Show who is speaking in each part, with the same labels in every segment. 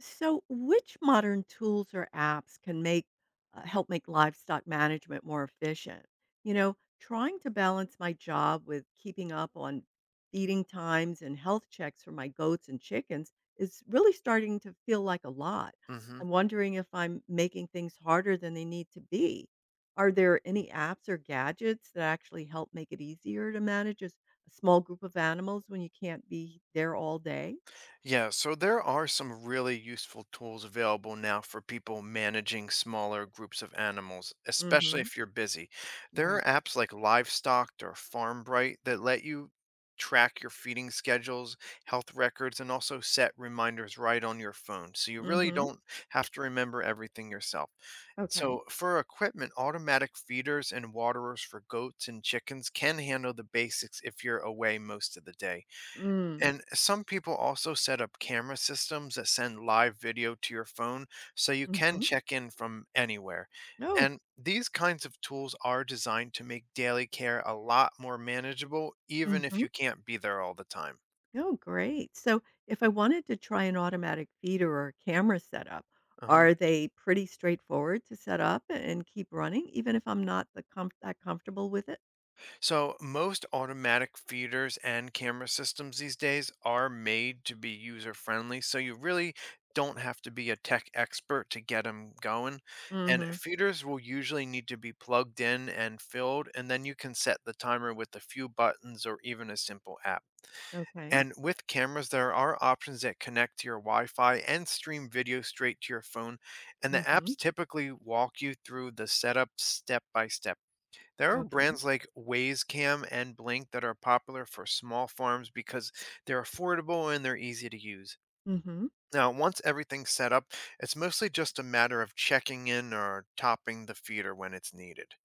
Speaker 1: So, which modern tools or apps can make help make livestock management more efficient? You know, trying to balance my job with keeping up on feeding times and health checks for my goats and chickens is really starting to feel like a lot.
Speaker 2: Hmm.
Speaker 1: I'm wondering if I'm making things harder than they need to be. Are there any apps or gadgets that actually help make it easier to manage a small group of animals when you can't be there all day?
Speaker 2: Yeah, so there are some really useful tools available now for people managing smaller groups of animals, especially
Speaker 1: Mhm.
Speaker 2: if you're busy. There are
Speaker 1: Right.
Speaker 2: apps like Livestock or FarmBright that let you track your feeding schedules, health records, and also set reminders right on your phone. So you really
Speaker 1: Mm-hmm.
Speaker 2: don't have to remember everything yourself.
Speaker 1: Okay.
Speaker 2: So, for equipment, automatic feeders and waterers for goats and chickens can handle the basics if you're away most of the day.
Speaker 1: Mm.
Speaker 2: And some people also set up camera systems that send live video to your phone so you can
Speaker 1: Mhm.
Speaker 2: check in from anywhere.
Speaker 1: No.
Speaker 2: And these kinds of tools are designed to make daily care a lot more manageable, even if
Speaker 1: Mhm.
Speaker 2: you can't be there all the time.
Speaker 1: No, great. So, if I wanted to try an automatic feeder or camera setup,
Speaker 2: Uh-huh.
Speaker 1: are they pretty straightforward to set up and keep running even if I'm not the comfortable with it?
Speaker 2: So, most automatic feeders and camera systems these days are made to be user friendly. So, you really don't have to be a tech expert to get them going. And
Speaker 1: Mhm.
Speaker 2: feeders will usually need to be plugged in and filled. And then you can set the timer with a few buttons or even a simple app.
Speaker 1: Okay.
Speaker 2: And with cameras, there are options that connect to your Wi Fi and stream video straight to your phone. And the
Speaker 1: Mhm.
Speaker 2: apps typically walk you through the setup step by step. There are
Speaker 1: Okay.
Speaker 2: brands like Wayscam and Blink that are popular for small farms because they're affordable and they're easy to use.
Speaker 1: Mhm.
Speaker 2: Now, once everything's set up, it's mostly just a matter of checking in or topping the feeder when it's needed.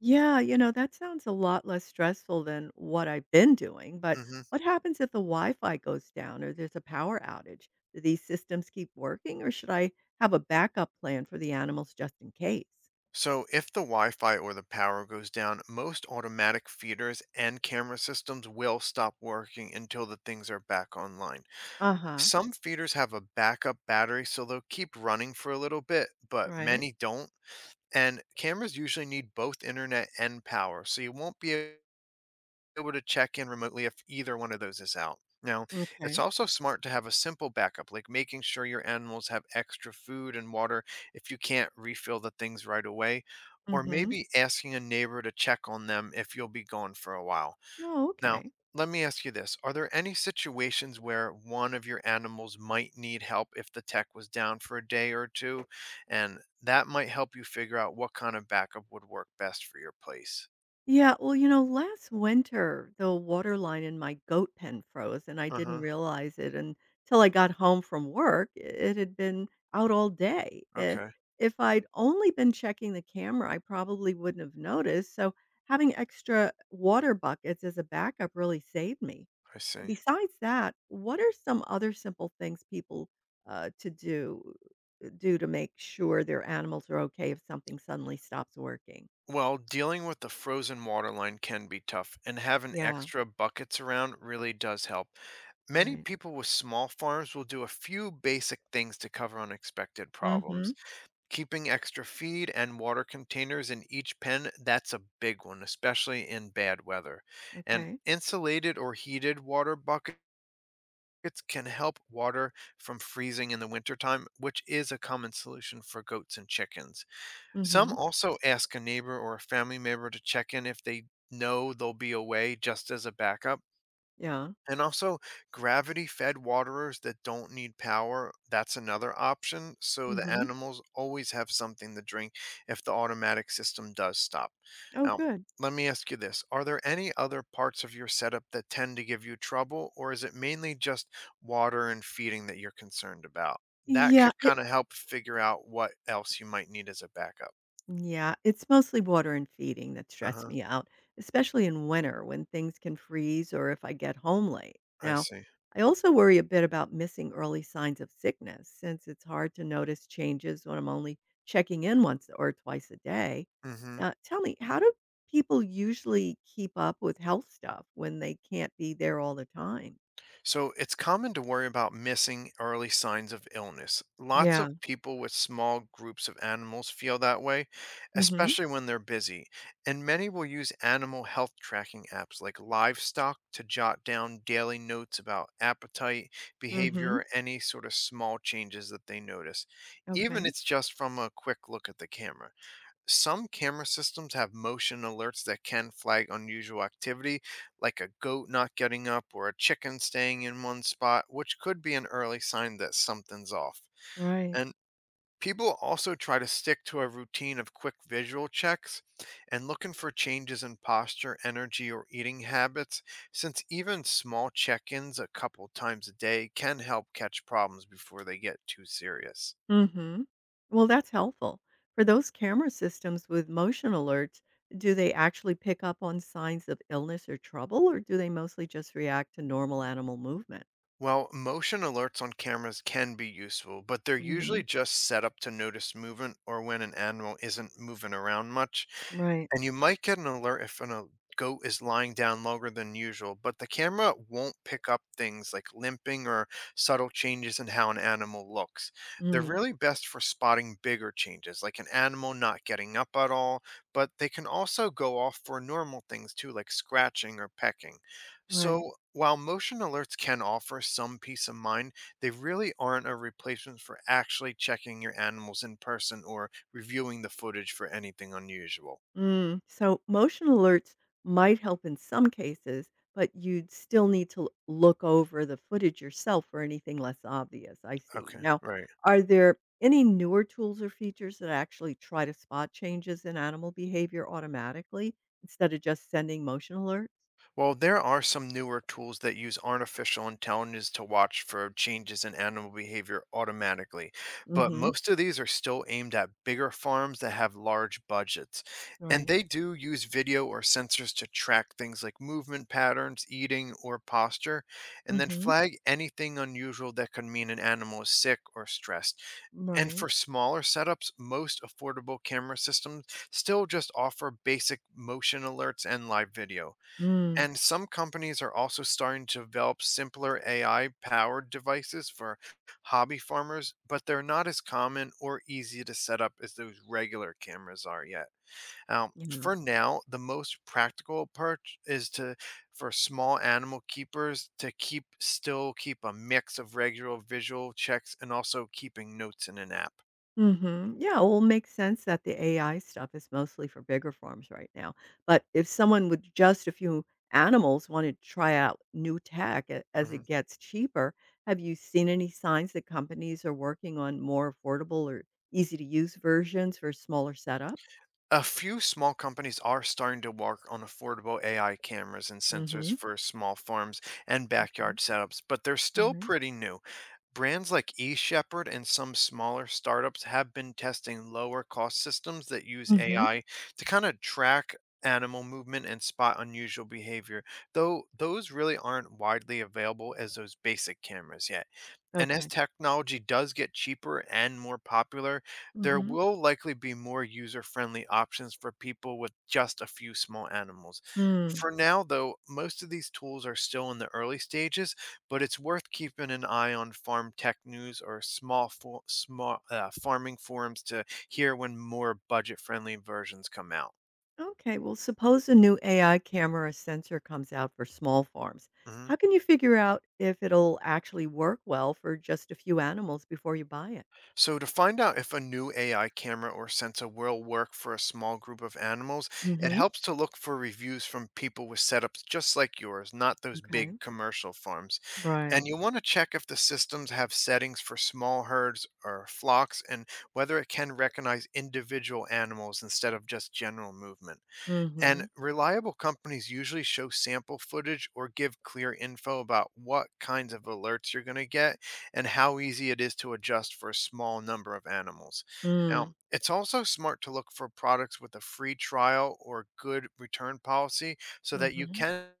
Speaker 1: Yeah, you know, that sounds a lot less stressful than what I've been doing, but
Speaker 2: Hmm.
Speaker 1: what happens if the Wi-Fi goes down or there's a power outage? Do these systems keep working or should I have a backup plan for the animals just in case?
Speaker 2: So, if the Wi Fi or the power goes down, most automatic feeders and camera systems will stop working until the things are back online.
Speaker 1: Uh-huh.
Speaker 2: Some feeders have a backup battery, so they'll keep running for a little bit, but
Speaker 1: Right.
Speaker 2: many don't. And cameras usually need both internet and power, so you won't be able to check in remotely if either one of those is out. Now,
Speaker 1: Okay.
Speaker 2: it's also smart to have a simple backup, like making sure your animals have extra food and water if you can't refill the things right away, or
Speaker 1: Mhm.
Speaker 2: maybe asking a neighbor to check on them if you'll be gone for a while.
Speaker 1: Oh,
Speaker 2: Now,
Speaker 1: okay.
Speaker 2: let me ask you this. Are there any situations where one of your animals might need help if the tech was down for a day or two? And that might help you figure out what kind of backup would work best for your place.
Speaker 1: Yeah, well, you know, last winter, the water line in my goat pen froze, and I
Speaker 2: Uh
Speaker 1: didn't
Speaker 2: huh.
Speaker 1: realize it until I got home from work. It had been out all day.
Speaker 2: Okay.
Speaker 1: If I'd only been checking the camera, I probably wouldn't have noticed. So, having extra water buckets as a backup really saved me.
Speaker 2: I see.
Speaker 1: Besides that, what are some other simple things people to do do to make sure their animals are okay if something suddenly stops working?
Speaker 2: Well, dealing with the frozen water line can be tough, and having
Speaker 1: Yeah,
Speaker 2: extra buckets around really does help. Many
Speaker 1: right.
Speaker 2: people with small farms will do a few basic things to cover unexpected
Speaker 1: Hmm.
Speaker 2: problems. Keeping extra feed and water containers in each pen, that's a big one, especially in bad weather. And
Speaker 1: Okay.
Speaker 2: insulated or heated water buckets can help water from freezing in the wintertime, which is a common solution for goats and chickens. Some
Speaker 1: Mhm.
Speaker 2: also ask a neighbor or a family member to check in if they know they'll be away, just as a backup.
Speaker 1: Yeah.
Speaker 2: And also, gravity fed waterers that don't need power, that's another option. So the
Speaker 1: Mhm.
Speaker 2: animals always have something to drink if the automatic system does stop.
Speaker 1: Oh,
Speaker 2: Now,
Speaker 1: good.
Speaker 2: let me ask you this. Are there any other parts of your setup that tend to give you trouble, or is it mainly just water and feeding that you're concerned about? That
Speaker 1: Yeah,
Speaker 2: could
Speaker 1: it
Speaker 2: kind of help figure out what else you might need as a backup.
Speaker 1: yeah, it's mostly water and feeding that
Speaker 2: Uh
Speaker 1: stress
Speaker 2: huh.
Speaker 1: me out, especially in winter when things can freeze or if I get home late.
Speaker 2: I
Speaker 1: Now,
Speaker 2: see.
Speaker 1: I also worry a bit about missing early signs of sickness since it's hard to notice changes when I'm only checking in once or twice a day.
Speaker 2: Mm hmm.
Speaker 1: Tell me, how do people usually keep up with health stuff when they can't be there all the time?
Speaker 2: So it's common to worry about missing early signs of illness. Lots of
Speaker 1: Yeah.
Speaker 2: people with small groups of animals feel that way,
Speaker 1: Mhm.
Speaker 2: especially when they're busy. And many will use animal health tracking apps like Livestock to jot down daily notes about appetite, behavior,
Speaker 1: Mhm.
Speaker 2: or any sort of small changes that they notice, even
Speaker 1: Okay.
Speaker 2: it's just from a quick look at the camera. Some camera systems have motion alerts that can flag unusual activity, like a goat not getting up or a chicken staying in one spot, which could be an early sign that something's off.
Speaker 1: Right.
Speaker 2: And people also try to stick to a routine of quick visual checks and looking for changes in posture, energy, or eating habits, since even small check ins a couple times a day can help catch problems before they get too serious.
Speaker 1: Mhm. Well, that's helpful. For those camera systems with motion alerts, do they actually pick up on signs of illness or trouble, or do they mostly just react to normal animal movement?
Speaker 2: Well, motion alerts on cameras can be useful, but they're
Speaker 1: Hmm.
Speaker 2: usually just set up to notice movement or when an animal isn't moving around much.
Speaker 1: Right.
Speaker 2: And you might get an alert if a goat is lying down longer than usual, but the camera won't pick up things like limping or subtle changes in how an animal looks. They're
Speaker 1: Mm.
Speaker 2: really best for spotting bigger changes, like an animal not getting up at all, but they can also go off for normal things too, like scratching or pecking.
Speaker 1: Right.
Speaker 2: So, while motion alerts can offer some peace of mind, they really aren't a replacement for actually checking your animals in person or reviewing the footage for anything unusual.
Speaker 1: Mm, so motion alerts might help in some cases, but you'd still need to look over the footage yourself for anything less obvious. I see.
Speaker 2: Okay,
Speaker 1: Now,
Speaker 2: right.
Speaker 1: are there any newer tools or features that actually try to spot changes in animal behavior automatically instead of just sending motion alerts?
Speaker 2: Well, there are some newer tools that use artificial intelligence to watch for changes in animal behavior automatically, but
Speaker 1: Mm-hmm.
Speaker 2: most of these are still aimed at bigger farms that have large budgets. And
Speaker 1: Right.
Speaker 2: they do use video or sensors to track things like movement patterns, eating, or posture, and then
Speaker 1: Mm-hmm.
Speaker 2: flag anything unusual that could mean an animal is sick or stressed. And
Speaker 1: Right.
Speaker 2: for smaller setups, most affordable camera systems still just offer basic motion alerts and live video.
Speaker 1: Mm.
Speaker 2: And some companies are also starting to develop simpler AI powered devices for hobby farmers, but they're not as common or easy to set up as those regular cameras are yet. Now,
Speaker 1: Yeah.
Speaker 2: for now, the most practical approach is to for small animal keepers to keep still keep a mix of regular visual checks and also keeping notes in an app.
Speaker 1: Mhm. Yeah, well, it makes sense that the AI stuff is mostly for bigger farms right now. But if someone with just a few animals wanted to try out new tech as
Speaker 2: Mhm.
Speaker 1: it gets cheaper, have you seen any signs that companies are working on more affordable or easy to use versions for smaller setups?
Speaker 2: A few small companies are starting to work on affordable AI cameras and sensors
Speaker 1: Mhm.
Speaker 2: for small farms and
Speaker 1: Okay.
Speaker 2: backyard setups, but they're still
Speaker 1: Mhm.
Speaker 2: pretty new. Brands like eShepherd and some smaller startups have been testing lower cost systems that use
Speaker 1: Mhm.
Speaker 2: AI to kind of track animal movement and spot unusual behavior, though those really aren't widely available as those basic cameras yet. And as
Speaker 1: Okay.
Speaker 2: technology does get cheaper and more popular, there
Speaker 1: Mhm.
Speaker 2: will likely be more user friendly options for people with just a few small animals.
Speaker 1: Mm.
Speaker 2: For now, though, most of these tools are still in the early stages, but it's worth keeping an eye on farm tech news or small farming forums to hear when more budget-friendly versions come out.
Speaker 1: Okay, well, suppose a new AI camera or sensor comes out for small farms.
Speaker 2: Mhm.
Speaker 1: How can you figure out if it'll actually work well for just a few animals before you buy it?
Speaker 2: So to find out if a new AI camera or sensor will work for a small group of animals, it
Speaker 1: Mm-hmm.
Speaker 2: helps to look for reviews from people with setups just like yours, not those
Speaker 1: Okay.
Speaker 2: big commercial farms. And
Speaker 1: Right.
Speaker 2: you want to check if the systems have settings for small herds or flocks and whether it can recognize individual animals instead of just general movement.
Speaker 1: Mm-hmm.
Speaker 2: And reliable companies usually show sample footage or give clear info about what kinds of alerts you're going to get and how easy it is to adjust for a small number of animals. Now, it's also smart to look for products with a free trial or good return policy so that you
Speaker 1: Mm-hmm.
Speaker 2: can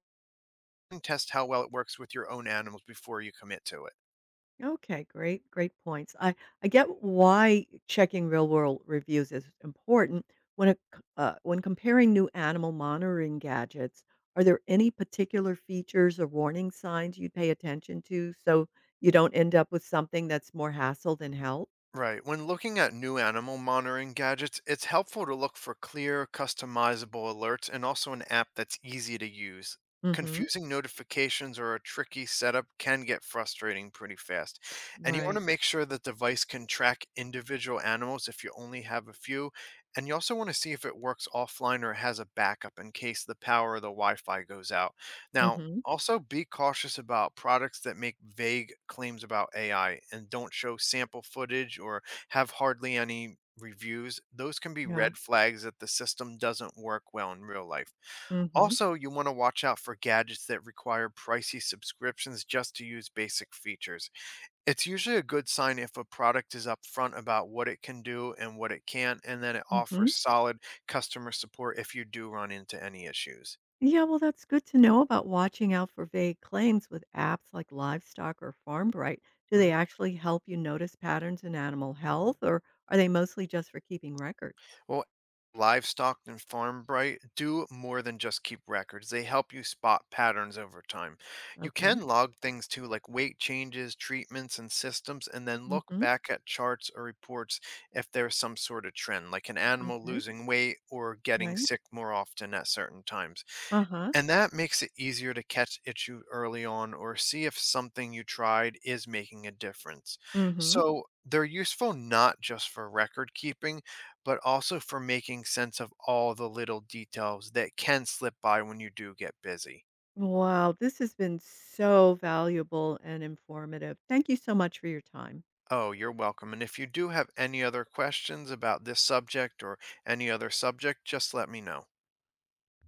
Speaker 2: test how well it works with your own animals before you commit to it.
Speaker 1: Okay, great, great points. I get why checking real world reviews is important when it, when comparing new animal monitoring gadgets. Are there any particular features or warning signs you'd pay attention to so you don't end up with something that's more hassle than help?
Speaker 2: Right. When looking at new animal monitoring gadgets, it's helpful to look for clear, customizable alerts and also an app that's easy to use.
Speaker 1: Mm-hmm.
Speaker 2: Confusing notifications or a tricky setup can get frustrating pretty fast. And you want to
Speaker 1: Right.
Speaker 2: make sure the device can track individual animals if you only have a few. And you also want to see if it works offline or has a backup in case the power or the Wi Fi goes out. Now,
Speaker 1: Mm-hmm.
Speaker 2: also, be cautious about products that make vague claims about AI and don't show sample footage or have hardly any reviews. Those can be
Speaker 1: Yeah.
Speaker 2: red flags that the system doesn't work well in real life.
Speaker 1: Mm-hmm.
Speaker 2: Also, you want to watch out for gadgets that require pricey subscriptions just to use basic features. It's usually a good sign if a product is upfront about what it can do and what it can't, and then it
Speaker 1: Mm-hmm.
Speaker 2: offers solid customer support if you do run into any issues.
Speaker 1: Yeah, well, that's good to know about watching out for vague claims with apps like Livestock or FarmBright. Do
Speaker 2: Mhm.
Speaker 1: they actually help you notice patterns in animal health, or are they mostly just for keeping records?
Speaker 2: Well, Livestock and Farm Bright do more than just keep records. They help you spot patterns over time. You
Speaker 1: Okay.
Speaker 2: can log things too, like weight changes, treatments, and systems, and then look
Speaker 1: Mm-hmm.
Speaker 2: back at charts or reports if there's some sort of trend, like an animal
Speaker 1: Okay.
Speaker 2: losing weight or getting
Speaker 1: Right.
Speaker 2: sick more often at certain times.
Speaker 1: Uh-huh.
Speaker 2: And that makes it easier to catch issue early on or see if something you tried is making a difference.
Speaker 1: Mm-hmm.
Speaker 2: So they're useful not just for record keeping, but also for making sense of all the little details that can slip by when you do get busy.
Speaker 1: Wow, this has been so valuable and informative. Thank you so much for your time.
Speaker 2: Oh, you're welcome. And if you do have any other questions about this subject or any other subject, just let me know.